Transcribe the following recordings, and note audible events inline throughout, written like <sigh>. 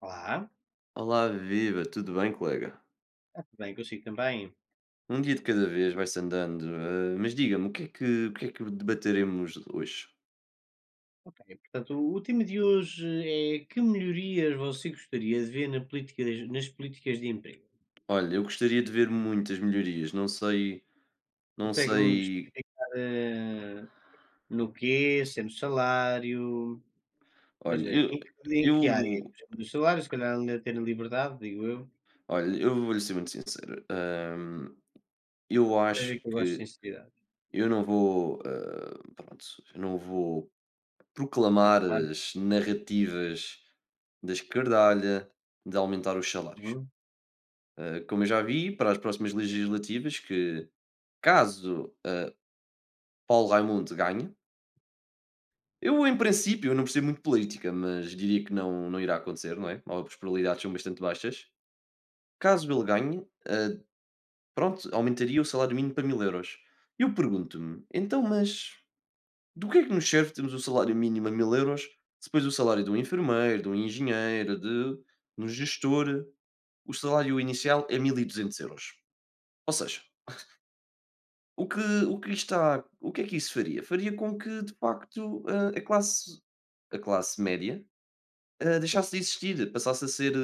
Olá, Olá, viva, tudo bem, colega? bem consigo também. Um dia de cada vez vai-se andando, mas diga-me, o que é que debateremos hoje? Ok, portanto, o tema de hoje é que melhorias você gostaria de ver na política, nas políticas de emprego? Olha, eu gostaria de ver muitas melhorias, não sei, não Consegue-me sei, especificar no quê, se é no salário, ou olha, seja, em que área? eu, Por exemplo, no salário, se calhar ainda ter a liberdade, digo eu, eu vou-lhe ser muito sincero. Eu seja acho que eu gosto de que sinceridade. eu não vou, ah, pronto, eu não vou Desculpa, proclamar claro. as narrativas da esquerdalha de aumentar os salários. Uhum. Como eu já vi, para as próximas legislativas, que caso Paulo Raimundo ganhe, eu em princípio eu não percebo muito de política, mas diria que não, não irá acontecer, não é? As probabilidades são bastante baixas. Caso ele ganhe, pronto, aumentaria o salário mínimo para 1000 euros. Eu pergunto-me, então, mas do que é que nos serve termos o salário mínimo a 1000 euros se depois o salário de um enfermeiro, de um engenheiro, de um gestor, o salário inicial é 1200 euros? Ou seja, O que o que é que isso faria? Faria com que, de facto, a classe média deixasse de existir, passasse a ser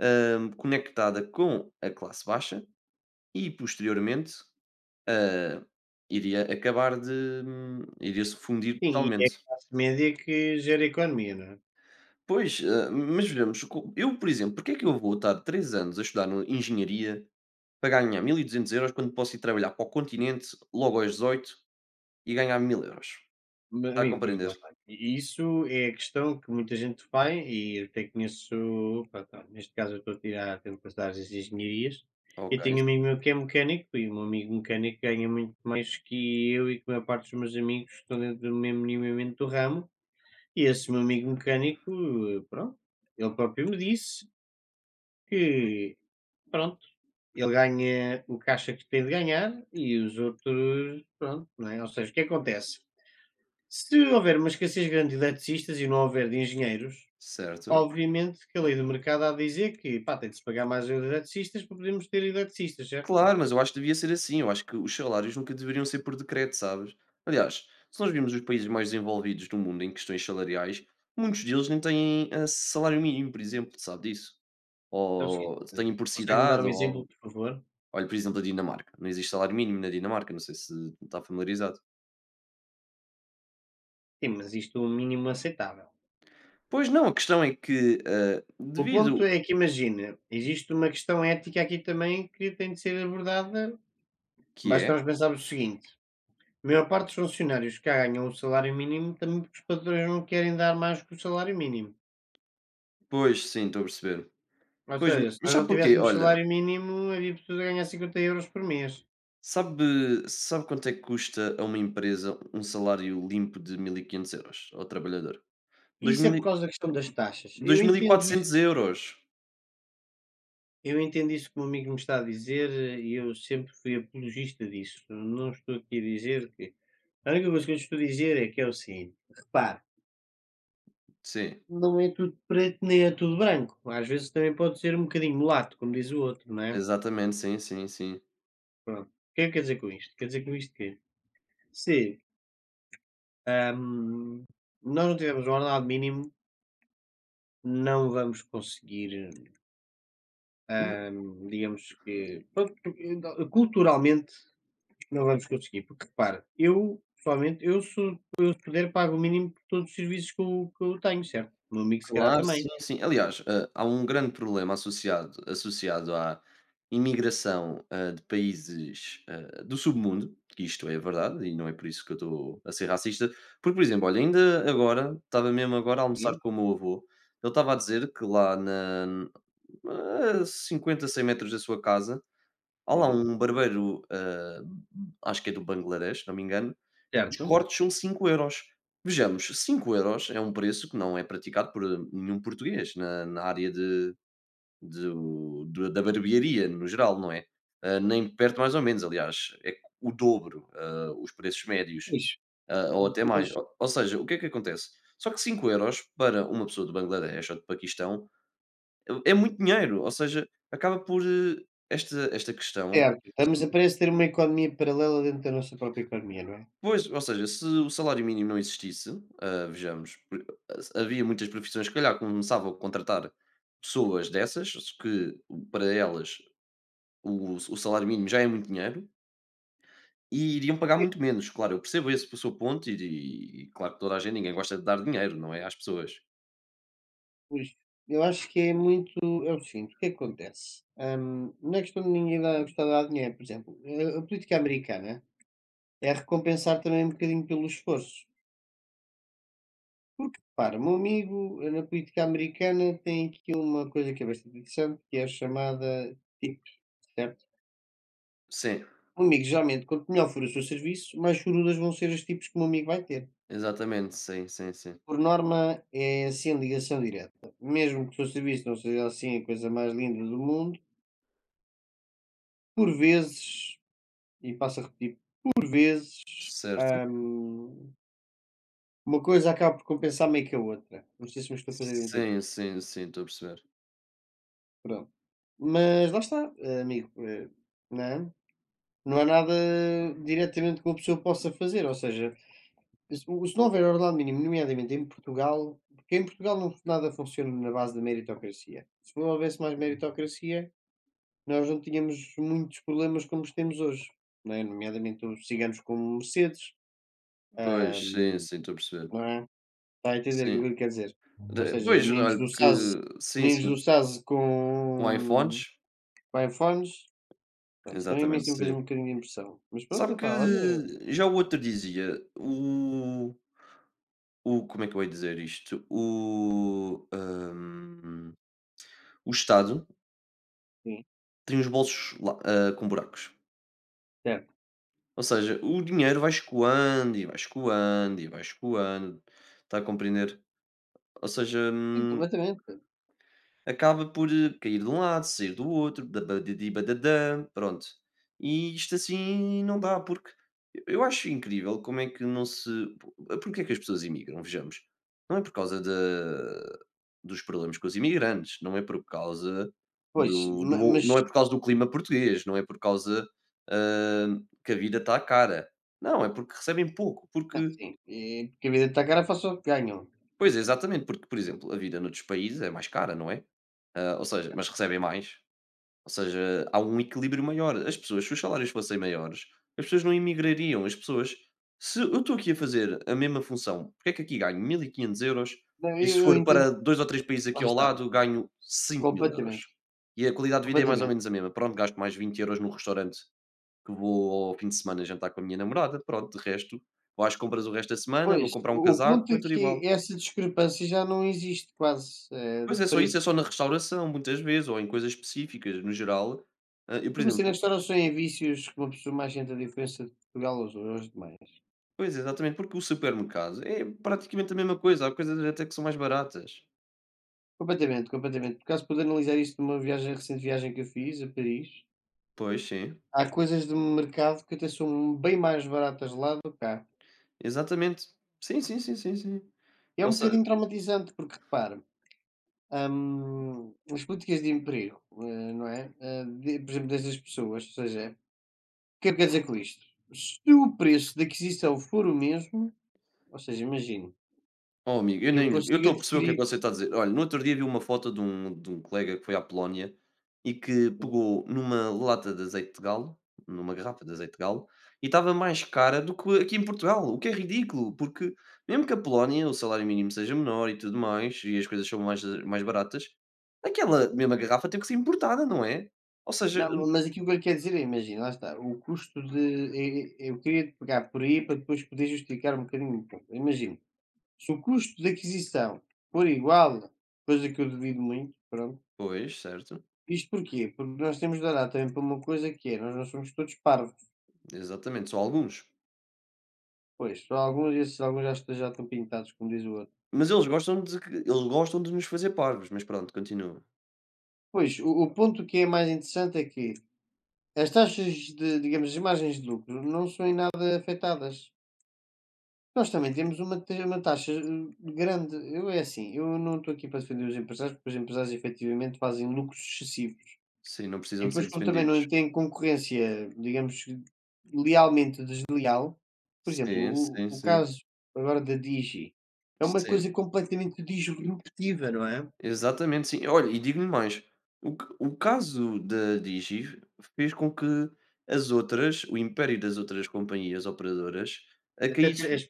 conectada com a classe baixa e, posteriormente, hã, iria acabar de iria-se fundir Sim, e é a totalmente. classe média que gera a economia, não é? Pois, mas vejamos, co eu, por exemplo, porque é que eu vou estar 3 anos a estudar no engenharia para ganhar 1200 euros quando posso ir trabalhar para o continente logo aos 18 e ganhar 1000 euros? Ma Está a amigo, pois lá compreender? está. E isso é a questão que muita gente faz e eu até conheço, pronto, olha, neste caso eu estou a tirar tenho que passar as engenharias, e Ok, tenho um amigo meu que é mecânico e um amigo mecânico ganha muito mais que eu e que a maior parte dos meus amigos que estão dentro do mesmo minimamente do ramo, e esse meu amigo mecânico, pronto, ele próprio me disse que, pronto, ele ganha o caixa que tem de ganhar e os outros, pronto, não é? Ou seja, o que acontece? Se houver uma escassez grande de eletricistas e não houver de engenheiros, certo. obviamente que a lei do mercado há de dizer que, pá, tem de se pagar mais aos eletricistas para podermos ter eletricistas, certo? Claro, mas eu acho que devia ser assim. Eu acho que os salários nunca deveriam ser por decreto, sabes? Aliás, se nós vimos os países mais desenvolvidos do mundo em questões salariais, muitos deles nem têm salário mínimo, por exemplo, sabe disso? É o seguinte, Ou têm por consegue-me dar cidade, um ou exemplo, algo. por favor? Olha, por exemplo, a Dinamarca. Não existe salário mínimo na Dinamarca, não sei se está familiarizado. Sim, mas isto é um mínimo aceitável. Pois não, a questão é que, O ponto devido é que, imagina, existe uma questão ética aqui também que tem de ser abordada. que Basta é, nós pensarmos o seguinte: a maior parte dos funcionários que ganham o salário mínimo também porque os patrões não querem dar mais que o salário mínimo. pois sim, estou a perceber. Ou Pois, seja, se mas nós não sabe porquê? tivéssemos Olha, salário mínimo, havia pessoas a ganhar 50 euros por mês. sabe, sabe quanto é que custa a uma empresa um salário limpo de 1500 euros ao trabalhador? dois Isso é mil por e causa da questão das taxas. dois mil e quatrocentos euros. Eu entendo isso que o meu amigo me está a dizer, e eu sempre fui apologista disso. Não estou aqui a dizer que a única coisa que eu estou a dizer é que é o seguinte: repare, Sim, não é tudo preto nem é tudo branco. Às vezes também pode ser um bocadinho mulato, como diz o outro, não é? exatamente, sim, sim, sim. <laughs> Pronto. O que é que quer dizer com isto? Quer dizer com isto que se, hum, nós não tivermos um ordenado mínimo, não vamos conseguir. Uhum, Digamos que, pronto, porque ainda culturalmente não vamos conseguir, porque repara, eu pessoalmente, eu se puder pago o mínimo por todos os serviços que eu tenho, certo? O meu amigo se calhar claro, também, sim, sim. Aliás, há um grande problema associado à imigração, de países, do submundo, que isto é verdade e não é por isso que eu estou a ser racista, porque, por exemplo, olha, ainda agora, estava mesmo agora a almoçar sim, com o meu avô, ele estava a dizer que lá na a 50, 100 metros da sua casa, há lá sim. um barbeiro, acho que é do Bangladesh, se não me engano, os Certo? cortes são 5 euros. Vejamos, 5 euros é um preço que não é praticado por nenhum português na área de do do da barbearia no geral, não é? Nem perto mais ou menos, aliás, é o dobro, os preços médios, Isso. Ou até Mas mais. Ou seja, o que é que acontece? Só que 5 euros para uma pessoa do Bangladesh ou do Paquistão é muito dinheiro, ou seja, acaba por, esta questão certo, se estamos a parece ter uma economia paralela dentro da nossa própria economia, não é? pois, ou seja, se o salário mínimo não existisse, vejamos, por havia muitas profissões que, calhar, começavam a contratar pessoas dessas, que para elas o salário mínimo já é muito dinheiro, e iriam pagar E, muito menos. Claro, eu percebo esse o seu ponto e claro que toda a gente ninguém gosta de dar dinheiro, não é, às pessoas. pois, eu acho que é muito é o seguinte, o que é que acontece? Não é questão de ninguém dar gostar de dar dinheiro, por exemplo, a política americana é recompensar também um bocadinho pelo esforço. Porque, para meu amigo na política americana tem aqui uma coisa que é bastante interessante, que é a chamada tipos, certo? Sim, Um amigo, geralmente, quanto melhor for o seu serviço, mais chorudas vão ser os tipos que o meu amigo vai ter. exatamente, sim, sim, sim. Por norma, é assim ligação direta. Mesmo que o seu serviço não seja assim a coisa mais linda do mundo, por vezes, e passo a repetir, por vezes, Certo. hum, uma coisa acaba por compensar meio que a outra. Não sei se me estou a fazer Sim, entender. sim, sim, estou a perceber. Pronto. Mas lá está, amigo, não é? Não há nada diretamente que uma pessoa possa fazer, ou seja, se não houver ordenado mínimo, nomeadamente em Portugal, porque em Portugal não, nada funciona na base da meritocracia. Se não houvesse mais meritocracia, nós não tínhamos muitos problemas como os temos hoje, não é? Nomeadamente os ciganos com Mercedes, ah, Pois, sim, sim, estou a perceber. não é? Está a entender aquilo Sim. que ele quer dizer? Ou De seja, pois, olha que sim, meninos sim, do Saz com iPhones, com iPhones, pronto, também a mim exatamente, sempre fez sim. um bocadinho de impressão. Mas pronto, Sabe epá, olha, que já o outro dizia, o como é que eu hei dizer isto? O Estado sim. tem os bolsos la com buracos. Ou seja, o dinheiro vai escoando e vai escoando e vai escoando, está a compreender? Ou seja, Sim, completamente. acaba por, cair de um lado, sair do outro, da, dabadidi badadã, pronto. E isto assim não dá, porque eu acho incrível como é que não se porque é que as pessoas imigram, vejamos. Não é por causa da dos problemas com os imigrantes, não é por causa Pois, do ma do mas não é por causa do clima português, não é por causa, que a vida está cara. Não, é porque recebem pouco, não, porque sim, porque a vida está cara, faço o que ganham. pois, Sim. é exatamente, porque, por exemplo, a vida noutros países é mais cara, não é? Ou seja, Yeah. mas recebem mais. Ou seja, há um equilíbrio maior. As pessoas, se os salários fossem maiores, as pessoas não imigrariam. As pessoas, se eu estou aqui a fazer a mesma função, porque é que aqui ganho 1.500 euros Não, e se eu for entendo, para dois ou três países lá aqui ao está, lado, ganho 5000 euros. completamente, E a qualidade de vida é mais ou completamente. menos a mesma. Pronto, gasto mais 20 euros no restaurante que vou ao fim de semana jantar com a minha namorada. Pronto, de resto, vou às compras o resto da semana, vou Pois, comprar um o ponto casaco, é é tudo que igual. essa discrepância já não existe quase, Pois de é só isso, preços. é só na restauração, muitas vezes, ou em coisas específicas, no geral. Eu, por Comecei na exemplo, restauração em vícios que uma pessoa mais sente a diferença de Portugal aos aos demais. pois, exatamente, porque o supermercado é praticamente a mesma coisa, há coisas até que são mais baratas. Completamente, completamente. Por acaso pude analisar isto numa viagem recente viagem que eu fiz a Paris. Pois, sim. Há coisas de mercado que até são bem mais baratas lá do que cá. Exatamente. Sim, sim, sim, sim, sim. E é Ou um se bocadinho traumatizante, porque repara. As políticas de emprego, não é? De- por exemplo, dessas pessoas, ou seja, o que é que quer dizer com isto? Se o preço de aquisição for o mesmo, ou seja, imagino, Oh, amigo, eu eu nem eu consigo estou a perceber o que é que adquirir. você está a dizer. Olha, no outro dia vi uma foto de um colega que foi à Polónia e que pegou numa lata de azeite de galo, numa garrafa de azeite de galo, e estava mais cara do que aqui em Portugal, o que é ridículo, porque mesmo que a Polónia o salário mínimo seja menor e tudo mais, e as coisas são mais baratas, aquela mesma garrafa teve que ser importada, não é? Ou seja Não, mas aqui o que ele quer dizer é, imagina, lá está, o custo de. Eu queria pegar por aí para depois poder justificar um bocadinho o ponto. Imagino, se o custo de aquisição for igual, coisa que eu duvido muito, pronto. pois, certo, Isto porquê? Porque nós temos de olhar também para uma coisa que é, nós não somos todos parvos. exatamente, só alguns. Pois, só alguns, esses alguns já estão pintados, como diz o outro. Mas eles gostam de que eles gostam de nos fazer parvos, mas pronto, continua. Pois, o ponto que é mais interessante é que as taxas de, digamos, as margens de lucro não são em nada afetadas. Nós também temos uma, uma taxa grande. Eu é assim, eu não estou aqui para defender os empresários, porque os empresários efetivamente fazem lucros excessivos. Sim, não E precisam de ser depois, como também não defendidos. têm concorrência, digamos, lealmente desleal, por exemplo, Sim, o, sim, o sim. caso agora da Digi é uma Sim, coisa completamente disruptiva, não é? exatamente, sim. Olha, e digo-lhe mais, o caso da Digi fez com que as outras o império das outras companhias operadoras a Até ter- caísse as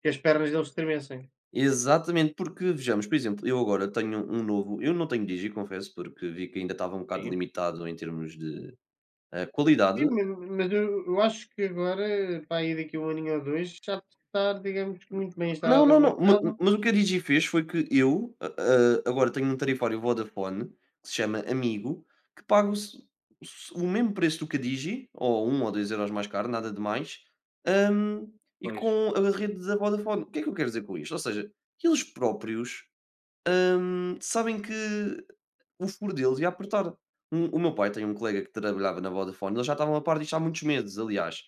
Que as pernas deles tremessem. exatamente, porque vejamos, por exemplo, eu agora tenho um novo eu não tenho Digi, confesso, porque vi que ainda estava um bocado Sim. limitado em termos de, qualidade. Sim, mas eu acho que agora, para aí daqui a 1 aninho ou 2, já de estar, digamos que muito bem Não, instalado não, no não, ma mercado. mas o que a Digi fez foi que eu, a agora tenho um tarifário Vodafone, que se chama Amigo, que pago se o mesmo preço do que a Digi, ou 1 ou 2€ mais caro, nada de mais, hum, e Pois, com a rede da Vodafone. O que é que eu quero dizer com isto? Ou seja, eles próprios sabem que o furo deles ia apertar. Um- o meu pai tem um colega que trabalhava na Vodafone, eles já estavam a par disto há muitos meses, aliás.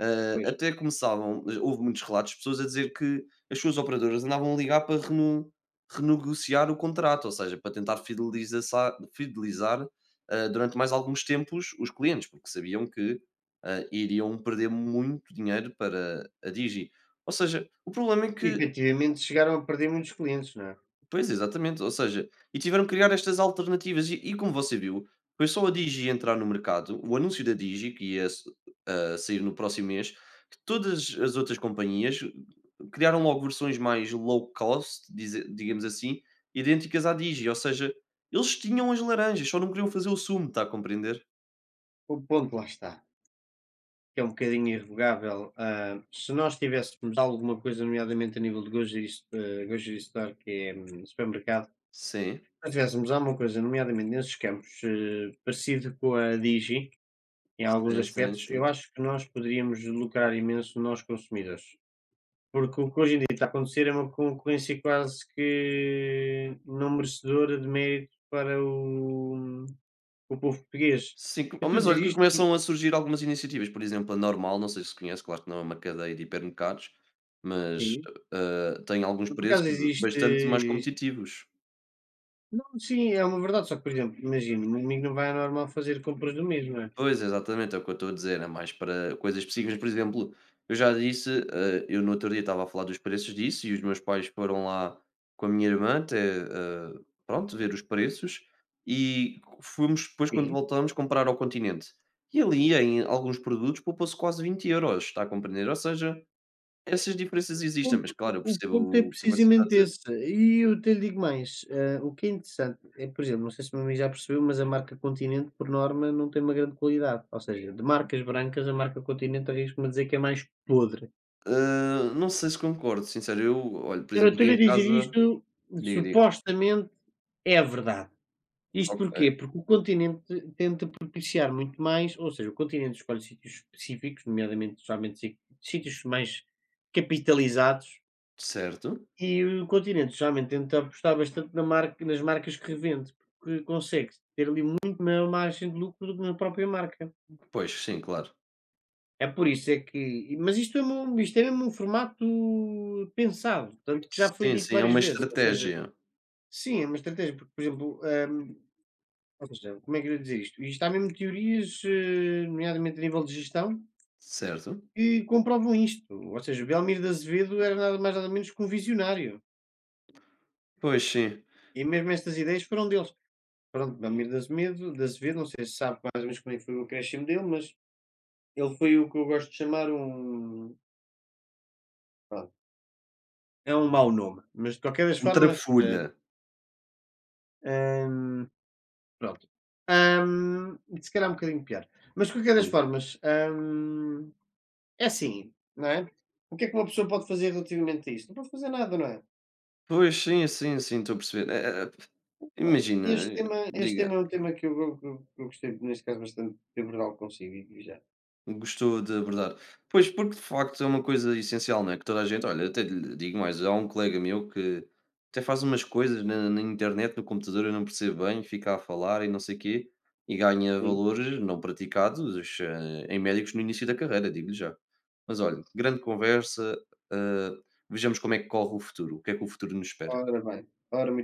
Pois. Até começavam, houve muitos relatos de pessoas a dizer que as suas operadoras andavam a ligar para renegociar o contrato, ou seja, para tentar fidelizar, durante mais alguns tempos os clientes, porque sabiam que iriam perder muito dinheiro para a Digi. Ou seja, o problema é E que efetivamente chegaram a perder muitos clientes, não é? pois, exatamente. Ou seja, e tiveram que criar estas alternativas. E como você viu, foi só a Digi entrar no mercado, o anúncio da Digi, que sair no próximo mês, que todas as outras companhias criaram logo versões mais low cost, digamos assim, idênticas à Digi. Ou seja, eles tinham as laranjas, só não queriam fazer o sumo, está a compreender? O ponto lá está, que é um bocadinho irrevogável, se nós tivéssemos alguma coisa, nomeadamente a nível de grocery s grocery store, que é, supermercado, se Sim, nós tivéssemos alguma coisa, nomeadamente nesses campos, parecido com a Digi em alguns sim, sim, aspectos, eu sim. acho que nós poderíamos lucrar imenso nós consumidores. Porque o que hoje em dia está a acontecer é uma concorrência quase que não merecedora de mérito para o povo português. Sim, Eu co estou a mas dizer olha que isto por começam a surgir algumas iniciativas, por exemplo, a Normal, não sei se conhece, claro que não é uma cadeia de hipermercados, mas, sim, tem alguns por preços acaso existe bastante mais existe competitivos. não, sim, é uma verdade, só que, por exemplo, imagina, o amigo não vai ao normal fazer compras do mesmo não é? Pois, exatamente, é o que eu estou a dizer, é mais para coisas específicas. Por exemplo, eu já disse, eu no outro dia estava a falar dos preços disso e os meus pais foram lá com a minha irmã até, pronto, ver os preços e fomos depois quando Sim. voltamos comprar ao Continente. E ali em alguns produtos poupou-se quase 20 euros está a compreender? Ou seja, essas diferenças O existem, mas o claro, eu o ponto é percebo o que você está a precisamente dizer. esse. E eu até lhe digo mais, o que é interessante é, por exemplo, não sei se o meu amigo já percebeu, mas a marca Continente, por norma, não tem uma grande qualidade. Ou seja, de marcas brancas, a marca Continente arrisco-me a dizer que é mais podre. Não sei se concordo, sincero, eu olha, por Eu exemplo, aqui estou-lhe a em dizer casa isto, diga, diga. supostamente é a verdade. Isto Ok, porquê? Porque o Continente tenta propiciar muito mais, ou seja, o Continente escolhe sítios específicos, nomeadamente, somente si sítios mais capitalizados. certo. E o Continente geralmente tenta apostar bastante na marca nas marcas que revende, porque consegue ter ali muito maior margem de lucro do que na própria marca. Pois, sim, claro. É por isso é que mas isto é mesmo um formato pensado, tanto que já foi Sim, dito sim, é várias uma vezes, ou seja estratégia, sim, é uma estratégia, porque, por exemplo, ou seja, como é que eu ia dizer isto? Isto há mesmo teorias, nomeadamente a nível de gestão, certo. que comprovam isto. Ou seja, o Belmiro de Azevedo era nada mais nada menos que um visionário, Pois, sim. e mesmo estas ideias foram dele. Pronto, Belmiro de Azemedo de Azevedo, não sei se sabe mais ou menos como é que foi o acréscimo dele, mas ele foi o que eu gosto de chamar um pronto, é um mau nome, mas de qualquer das Um formas, trafulha. hum, pronto, se calhar um bocadinho pior. Mas de qualquer das Sim. formas, hum, é assim, não é? O que é que uma pessoa pode fazer relativamente a isto? Não pode fazer nada, não é? Pois, sim, sim, sim, estou a perceber. É, Pá, imagina, este tema, este diga. tema é um tema que eu gostei, neste caso, bastante de abordá consigo, e já. Gostou de abordar. Pois, porque de facto é uma coisa essencial, não é? Que toda a gente, olha, até lhe digo mais, há um colega meu que até faz umas coisas na, na internet, no computador, eu não percebo bem, fica a falar e não sei quê, e ganha Sim. valores não praticados em médicos no início da carreira, digo-lhe já. Mas olha, grande conversa, eh, vejamos como é que corre o futuro, o que é que o futuro nos espera. Ora bem, ora muito